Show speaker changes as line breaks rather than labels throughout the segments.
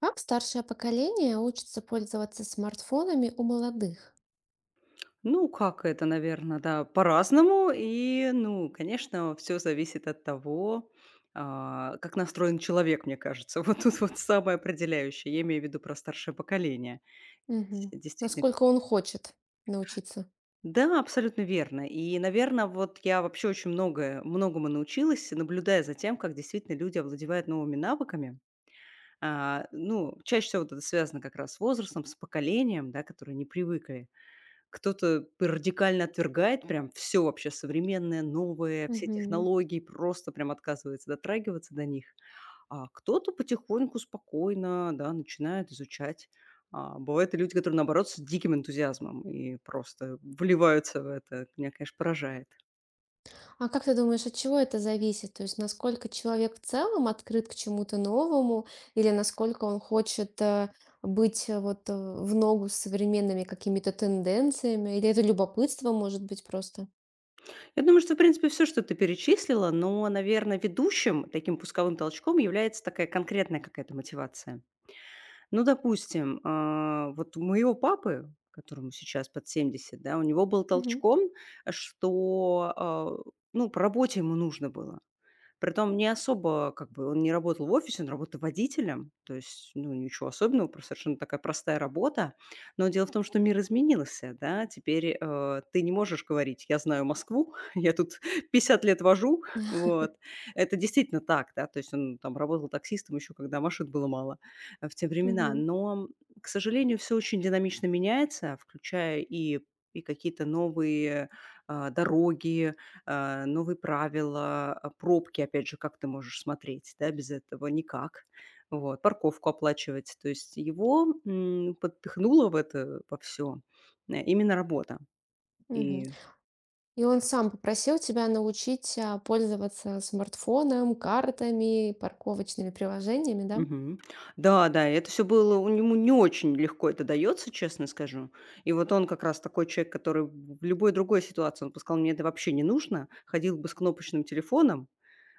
Как старшее поколение учится пользоваться смартфонами у молодых?
Ну, как это, наверное, да, по-разному. И, ну, конечно, все зависит от того, как настроен человек, мне кажется. Вот тут вот самое определяющее. Я имею в виду про старшее поколение. С
Мгм.
действительно.
Насколько он хочет научиться?
Да, абсолютно верно. И, наверное, вот я вообще очень многое многому научилась, наблюдая за тем, как действительно люди овладевают новыми навыками. А, ну, чаще всего вот это связано как раз с возрастом, с поколением, да, которые не привыкли. Кто-то радикально отвергает прям все вообще современное, новое, все
Мгм.
технологии, просто прям отказывается дотрагиваться до них. А кто-то потихоньку, спокойно, да, начинает изучать. А бывают и люди, которые, наоборот, с диким энтузиазмом и просто вливаются в это. Меня, конечно, поражает.
А как ты думаешь, от чего это зависит? То есть насколько человек в целом открыт к чему-то новому, или насколько он хочет быть в ногу с современными какими-то тенденциями, или это любопытство может быть просто?
Я думаю, что, в принципе, все что ты перечислила, но, наверное, ведущим таким пусковым толчком является такая конкретная какая-то мотивация. Ну, допустим, вот у моего папы, которому сейчас под 70, да, у него был
Мгм.
толчком, что, ну, по работе ему нужно было. Притом не особо, как бы, он не работал в офисе, он работал водителем, то есть, ну, ничего особенного, просто совершенно такая простая работа. Но дело в том, что мир изменился, да, теперь, ты не можешь говорить: "Я знаю Москву, я тут 50 лет вожу". Вот. Это действительно так, да, то есть он там работал таксистом еще, когда машин было мало, в те времена.
Мгм.
Но, к сожалению, все очень динамично меняется, включая и какие-то новые, дороги, новые правила, пробки, опять же, как ты можешь смотреть, да, без этого никак, вот, парковку оплачивать. То есть его подпихнуло в это во все именно работа.
Мгм.
И
И он сам попросил тебя научить, пользоваться смартфоном, картами, парковочными приложениями, да?
Мгм. Да, да, и это все было у него не очень легко это дается, честно скажу. И вот он как раз такой человек, который в любой другой ситуации, он бы сказал, мне это вообще не нужно, ходил бы с кнопочным телефоном.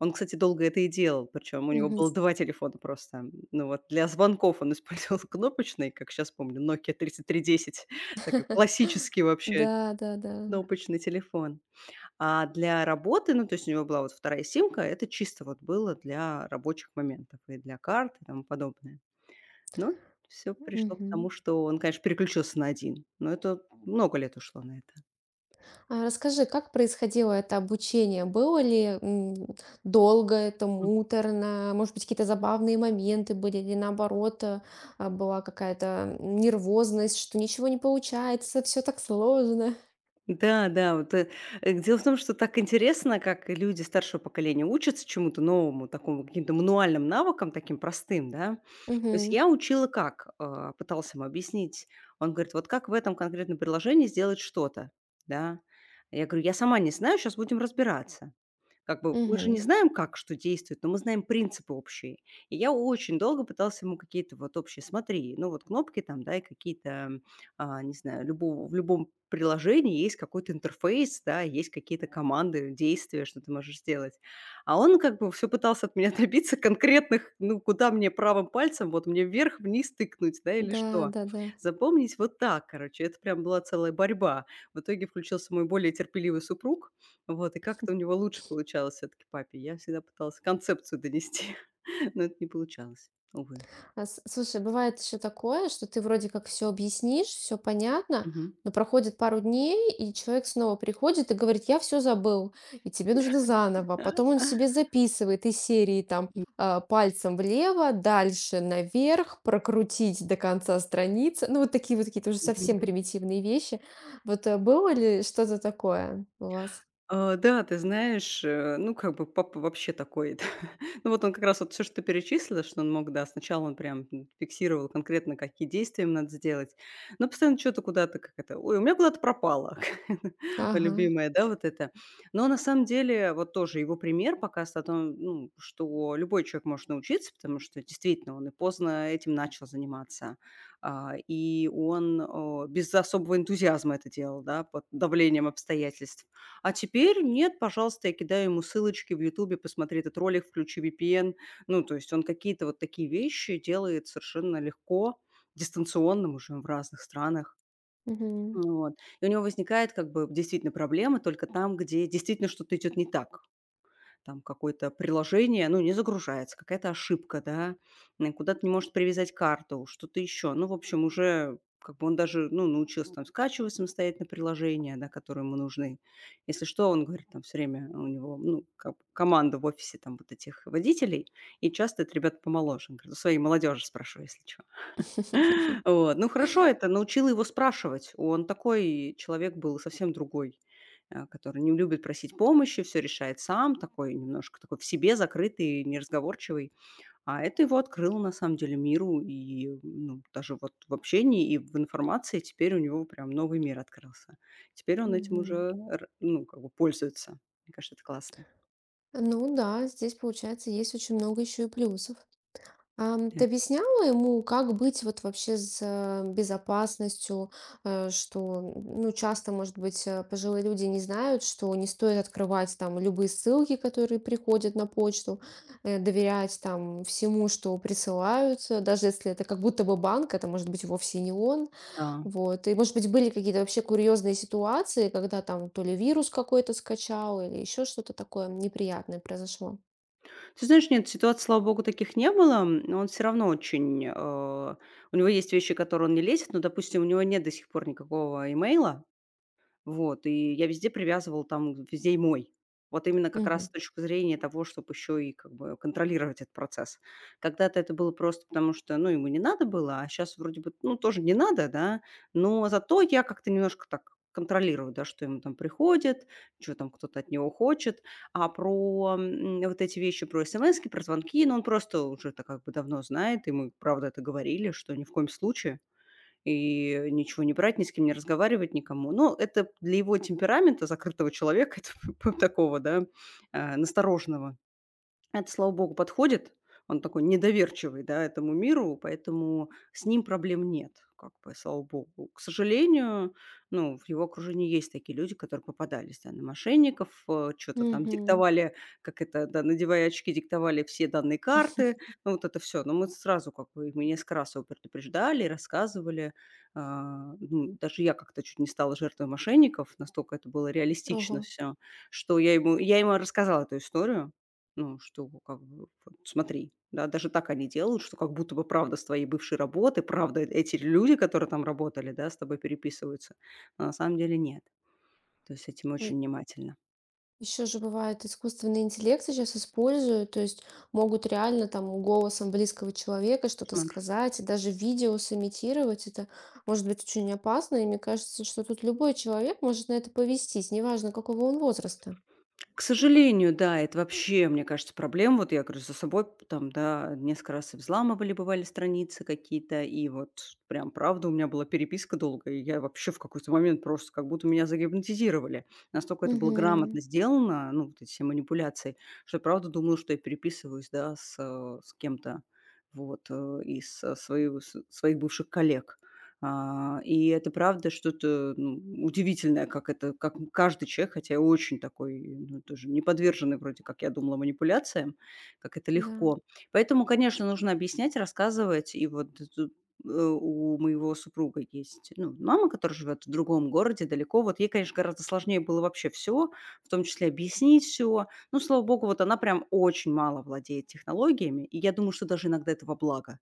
Он, кстати, долго это и делал, причем у него
Мгм.
было 2 телефона просто. Ну вот для звонков он использовал кнопочный, как сейчас помню, Nokia 3310, такой классический вообще
Да, да, да.
кнопочный телефон. А для работы, ну, то есть у него была вот вторая симка, это чисто вот было для рабочих моментов и для карт и тому подобное. Но все пришло к
Мгм.
тому, что он, конечно, переключился на один. Но это много лет ушло на это.
А расскажи, как происходило это обучение? Было ли, долго это, муторно? Может быть, какие-то забавные моменты были или наоборот, была какая-то нервозность, что ничего не получается, все так сложно?
Да, да, вот, дело в том, что так интересно, как люди старшего поколения учатся чему-то новому, такому каким-то мануальным навыкам, таким простым, да. То есть
Мгм.
я учила как, пыталась ему объяснить. Он говорит, вот как в этом конкретном приложении сделать что-то, да. Я говорю, я сама не знаю, сейчас будем разбираться. Как бы мы же
Мгм.
не знаем, как что действует, но мы знаем принципы общие. И я очень долго пыталась ему какие-то вот общие, смотри, ну вот кнопки там, да, и какие-то, не знаю, любого, в любом приложении есть какой-то интерфейс, да, есть какие-то команды, действия, что ты можешь сделать. А он как бы все пытался от меня добиться конкретных, ну, куда мне правым пальцем, вот мне вверх, вниз тыкнуть, да, или
Да,
что.
да-да.
Запомнить вот так, короче, это прям была целая борьба. В итоге включился мой более терпеливый супруг, вот, и как-то у него лучше получалось все таки папе. Я всегда пыталась концепцию донести, но это не получалось, увы.
Слушай, бывает еще такое, что ты вроде как все объяснишь, все понятно, но проходит пару дней, и человек снова приходит и говорит, я все забыл, и тебе нужно заново. Потом он
Мгм.
себе записывает из серии там пальцем влево, дальше наверх, прокрутить до конца страницы. Ну, вот такие вот какие-то уже совсем примитивные вещи. Было ли что-то такое у вас?
А, да, ты знаешь, ну, как бы папа вообще такой. Ну, вот он как раз вот все что ты перечислила, что он мог, да, сначала он прям, фиксировал конкретно, какие действия им надо сделать, но постоянно что то куда-то, как это: "Ой, у меня куда-то пропало".
Ага.
Любимое, да, вот это. Но на самом деле вот тоже его пример показывает, о том, ну, что любой человек может научиться, потому что действительно он и поздно этим начал заниматься. А, и он, без особого энтузиазма это делал, да, под давлением обстоятельств. А теперь нет, пожалуйста, я кидаю ему ссылочки в "Ютубе", посмотри этот ролик, включи VPN. Ну, то есть он какие-то вот такие вещи делает совершенно легко, дистанционно, мы живем в разных странах.
Мгм.
Вот. И у него возникает как бы действительно проблема только там, где действительно что-то идет не так, там какое-то приложение, ну, не загружается, какая-то ошибка, да, куда то не может привязать карту, что-то еще. Ну, в общем, уже как бы он даже, ну, научился там скачивать самостоятельно приложения, да, которые ему нужны. Если что, он говорит, там все время у него, ну, как бы команда в офисе там вот этих водителей, и часто это ребята помоложе. Он говорит, у своей молодежи спрошу, если что. Вот. Ну, хорошо, это научило его спрашивать. Он такой человек был совсем другой, который не любит просить помощи, все решает сам, такой немножко такой в себе закрытый, неразговорчивый. А это его открыло, на самом деле, миру. И, ну, даже вот в общении и в информации теперь у него прям новый мир открылся. Теперь он этим
Мгм.
уже р ну, как бы пользуется. Мне кажется, это классно.
Ну да, здесь, получается, есть очень много еще и плюсов. Ам,
Э,
ты объясняла ему, как быть вот вообще с безопасностью, э, что, ну, часто, может быть, пожилые люди не знают, что не стоит открывать там любые ссылки, которые приходят на почту, доверять там всему, что присылают, даже если это как будто бы банк, это может быть вовсе не он,
Да.
вот. И, может быть, были какие-то вообще курьезные ситуации, когда там то ли вирус какой-то скачал или еще что-то такое неприятное произошло.
Ты знаешь, нет, ситуаций, слава богу, таких не было, но он все равно очень, у него есть вещи, которые он не лезет. Но, допустим, у него нет до сих пор никакого имейла. Вот, и я везде привязывала там, везде и мой. Вот именно как раз
Мгм.
с точки зрения того, чтобы еще и как бы контролировать этот процесс. Когда-то это было просто потому, что, ну, ему не надо было, а сейчас вроде бы, ну, тоже не надо, да, но зато я как-то немножко так контролирую, да, что ему там приходит, что там кто-то от него хочет, а про вот эти вещи, про смс, про звонки, ну, он просто уже так как бы давно знает, и мы, правда, это говорили, что ни в коем случае, и ничего не брать, ни с кем не разговаривать, никому. Но это для его темперамента, закрытого человека, это такого, да, настороженного, это, слава богу, подходит. Он такой недоверчивый, да, этому миру, поэтому с ним проблем нет, как бы, слава богу. К сожалению, ну, в его окружении есть такие люди, которые попадались, да, на мошенников, что-то там
Мгм.
диктовали, как это, да, надевая очки, диктовали все данные карты, ну, вот это все. Но мы сразу, как бы, мы несколько раз его предупреждали, рассказывали. А, ну, даже я как-то чуть не стала жертвой мошенников, настолько это было реалистично
Ого.
все, что я ему рассказала эту историю, ну, что как бы вот смотри, да, даже так они делают, что как будто бы правда с твоей бывшей работы, правда эти люди, которые там работали, да, с тобой переписываются, а на самом деле нет. То есть с этим очень внимательно.
Еще же бывает, искусственный интеллект сейчас используют, то есть могут реально там голосом близкого человека что-то сказать, и даже видео сымитировать. Это может быть очень опасно, и мне кажется, что тут любой человек может на это повестись, неважно какого он возраста.
К сожалению, да, это вообще, мне кажется, проблема. Вот я говорю, за собой там, да, несколько раз и взламывали, бывали страницы какие-то, и вот прям, правда, у меня была переписка долгая, и я вообще в какой-то момент просто как будто меня загипнотизировали. Настолько это было
Угу.
грамотно сделано, ну, вот эти все манипуляции, что я, правда, думала, что я переписываюсь, да, с кем-то, вот, из своих бывших коллег. А, и это правда что-то, ну, удивительное, как это как каждый человек, хотя я очень такой, ну, тоже не подверженный вроде как, я думала, манипуляциям, как это
Да.
легко. Поэтому, конечно, нужно объяснять, рассказывать. И вот тут, э, у моего супруга есть, ну, мама, которая живет в другом городе, далеко. Вот ей, конечно, гораздо сложнее было вообще все, в том числе объяснить все. Ну, слава богу, вот она прям очень мало владеет технологиями, и я думаю, что даже иногда это во благо.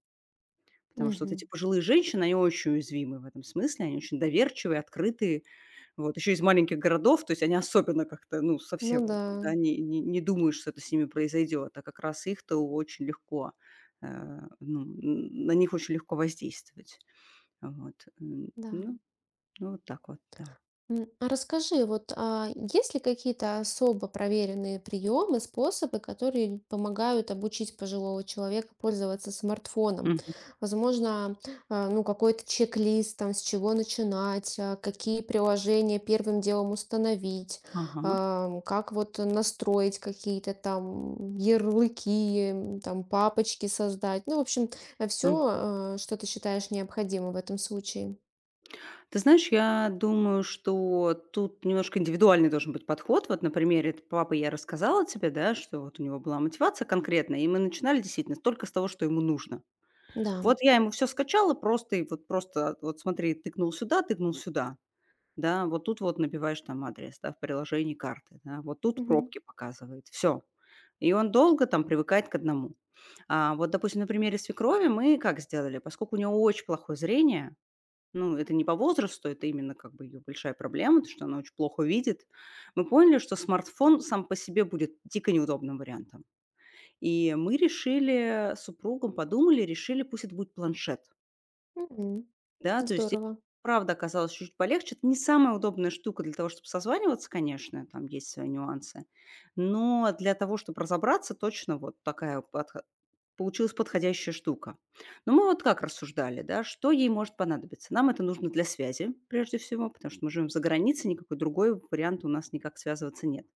Потому что вот
Мгм.
эти пожилые женщины, они очень уязвимы в этом смысле, они очень доверчивые, открытые, вот, еще из маленьких городов, то есть они особенно как-то, ну,
Ну
совсем,
да,
да, не думают, что это с ними произойдет, а как раз их-то очень легко, э, ну, на них очень легко воздействовать, вот,
да.
ну, вот так вот, да.
М, а расскажи, вот, есть ли какие-то особо проверенные приемы, способы, которые помогают обучить пожилого человека пользоваться смартфоном?
Мгм.
Возможно, ну, какой-то чек-лист, там, с чего начинать, какие приложения первым делом установить,
Ага.
ам, как вот настроить какие-то там ярлыки, м, там, папочки создать. Ну, в общем, все, что ты считаешь необходимым в этом случае.
Ты знаешь, я думаю, что тут немножко индивидуальный должен быть подход. Вот на примере т папы я рассказала тебе, да, что вот у него была мотивация конкретная, и мы начинали действительно только с того, что ему нужно.
Да.
Вот я ему все скачала просто, и вот просто вот смотри, тыкнул сюда, да, вот тут вот набиваешь там адрес, да, в приложении карты, да, вот тут
Мгм.
пробки показывает, все. И он долго там привыкает к одному. А вот, допустим, на примере свекрови мы как сделали? Поскольку у нее очень плохое зрение, ну, это не по возрасту, это именно как бы ее большая проблема, то, что она очень плохо видит. Мы поняли, что смартфон сам по себе будет дико неудобным вариантом. И мы решили, с супругом подумали, решили, пусть это будет планшет.
Мгм.
Да, то есть, и
Здорово.
правда оказалось чуть-чуть полегче. Это не самая удобная штука для того, чтобы созваниваться, конечно, там есть свои нюансы, но для того, чтобы разобраться, точно вот такая получилась подходящая штука. Но мы вот как рассуждали, да, что ей может понадобиться. Нам это нужно для связи, прежде всего, потому что мы живем за границей, никакой другой вариант у нас никак связываться нет.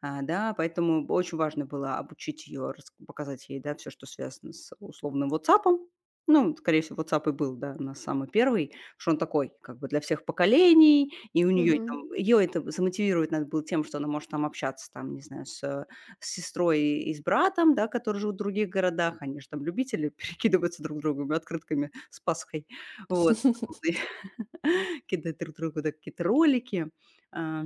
А, да, поэтому очень важно было обучить ее, показать ей, да, все, что связано с условным "Ватсапом". Ну, скорее всего, "Ватсап" и был, да, у нас самый первый, что он такой как бы для всех поколений, и у нее. Мгм.
Мгм.
Там её это замотивировать надо было тем, что она может там общаться, там, не знаю, с сестрой и с братом, да, которые живут в других городах. Они же там любители перекидываться друг другом открытками с Пасхой. Вот, кидать друг другу, да, какие-то ролики. А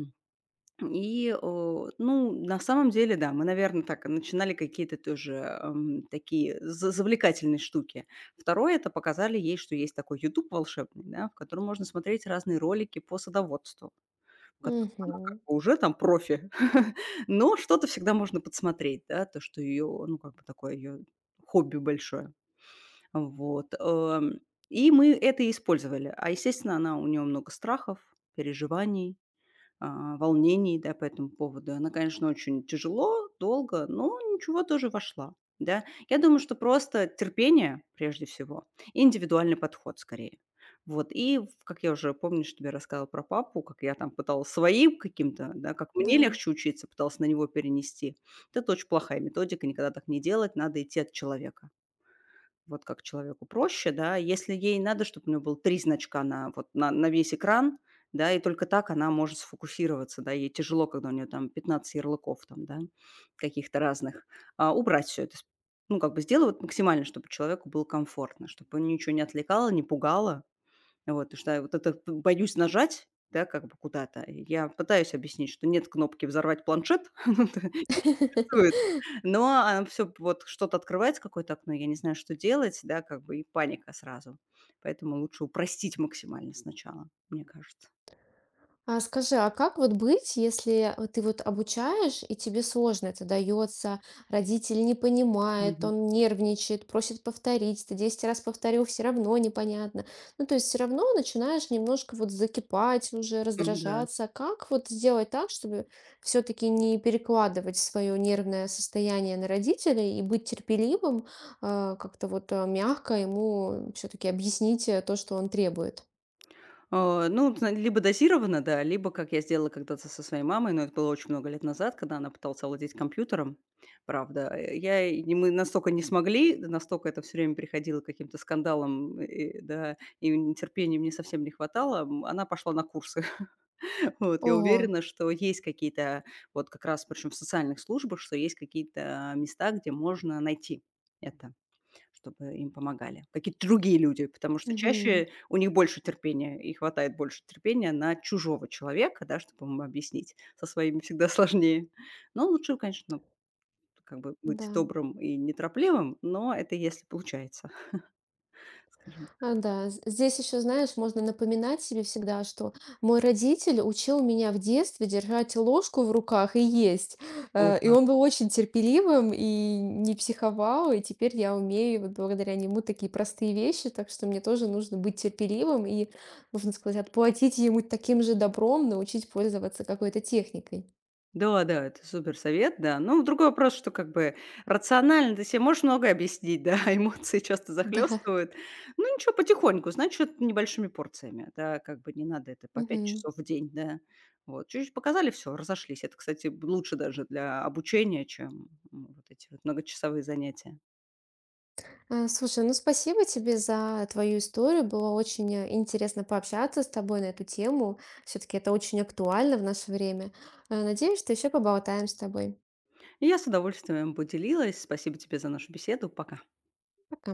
ну, на самом деле, да, мы, наверное, так начинали какие-то тоже такие завлекательные штуки. Второе, это показали ей, что есть такой YouTube волшебный, да, в котором можно смотреть разные ролики по садоводству, в котором она как
Мгм.
бы уже там профи. Но что-то всегда можно подсмотреть, да, то, что ее, ну, как бы такое ее хобби большое. Вот. И мы это и использовали. А, естественно, она, у нее много страхов, переживаний, волнений, да, по этому поводу. Она, конечно, очень тяжело, долго, но ничего, тоже вошла, да. Я думаю, что просто терпение прежде всего, и индивидуальный подход скорее. Вот, и в как я уже, помнишь, тебе рассказывала про папу, как я там пыталась своим каким-то, да, как мне
Да.
легче учиться, пыталась на него перенести. Вот. Это очень плохая методика, никогда так не делать, надо идти от человека. Вот как человеку проще, да. Если ей надо, чтобы у нее было 3 значка на вот на весь экран, да, и только так она может сфокусироваться, да. Ей тяжело, когда у нее там 15 ярлыков там, да, каких-то разных. А, убрать все это, с ну, как бы сделать максимально, чтобы человеку было комфортно, чтобы ничего не отвлекало, не пугало. Вот, потому что я вот это боюсь нажать, да, как бы куда-то. Я пытаюсь объяснить, что нет кнопки "взорвать планшет", ну это не существует. Но все вот что-то открывается, какое-то окно, я не знаю, что делать, да, как бы и паника сразу. Поэтому лучше упростить максимально сначала, мне кажется.
А скажи, а как вот быть, если вот ты вот обучаешь, и тебе сложно это дается, родитель не понимает,
Мгм.
он нервничает, просит повторить, ты 10 раз повторил, все равно непонятно. Ну, то есть все равно начинаешь немножко вот закипать уже,
М-да.
раздражаться. Как вот сделать так, чтобы все-таки не перекладывать свое нервное состояние на родителей и быть терпеливым, как-то мягко ему все-таки объяснить то, что он требует?
Ну, зна либо дозированно, да, либо, как я сделала когда-то со своей мамой, но это было очень много лет назад, когда она пыталась овладеть компьютером. Правда, я и не мы настолько не смогли, да, настолько это все время приходило к каким-то скандалам, да, и терпения мне совсем не хватало. Она пошла на курсы. Вот, я
Ого.
уверена, что есть какие-то, вот как раз, причем в социальных службах, что есть какие-то места, где можно найти это, чтобы им помогали. Какие-то другие люди, потому что
Мгм.
чаще у них больше терпения, и хватает больше терпения на чужого человека, да, чтобы ему объяснить. Со своими всегда сложнее. Но лучше, конечно, как бы
Да.
быть добрым и неторопливым, но это если получается, скажем.
А, да, з здесь еще, знаешь, можно напоминать себе всегда, что мой родитель учил меня в детстве держать ложку в руках и есть.
О,
И
да.
он был очень терпеливым и не психовал, и теперь я умею вот благодаря нему такие простые вещи, так что мне тоже нужно быть терпеливым и, можно сказать, отплатить ему таким же добром, научить пользоваться какой-то техникой.
Да, да, это супер совет, да. Ну, другой вопрос, что как бы рационально ты себе можешь многое объяснить, да, эмоции часто
Да.
захлестывают. Ну, ничего, потихоньку, значит, небольшими порциями, да, как бы не надо это по 5
Мгм.
часов в день, да. Вот, чуть-чуть показали, все, разошлись. Это, кстати, лучше даже для обучения, чем вот эти вот многочасовые занятия.
Слушай, ну спасибо тебе за твою историю. Было очень интересно пообщаться с тобой на эту тему. Все-таки это очень актуально в наше время. Э, надеюсь, что еще поболтаем с тобой.
И я с удовольствием поделилась. Спасибо тебе за нашу беседу. Пока.
Пока.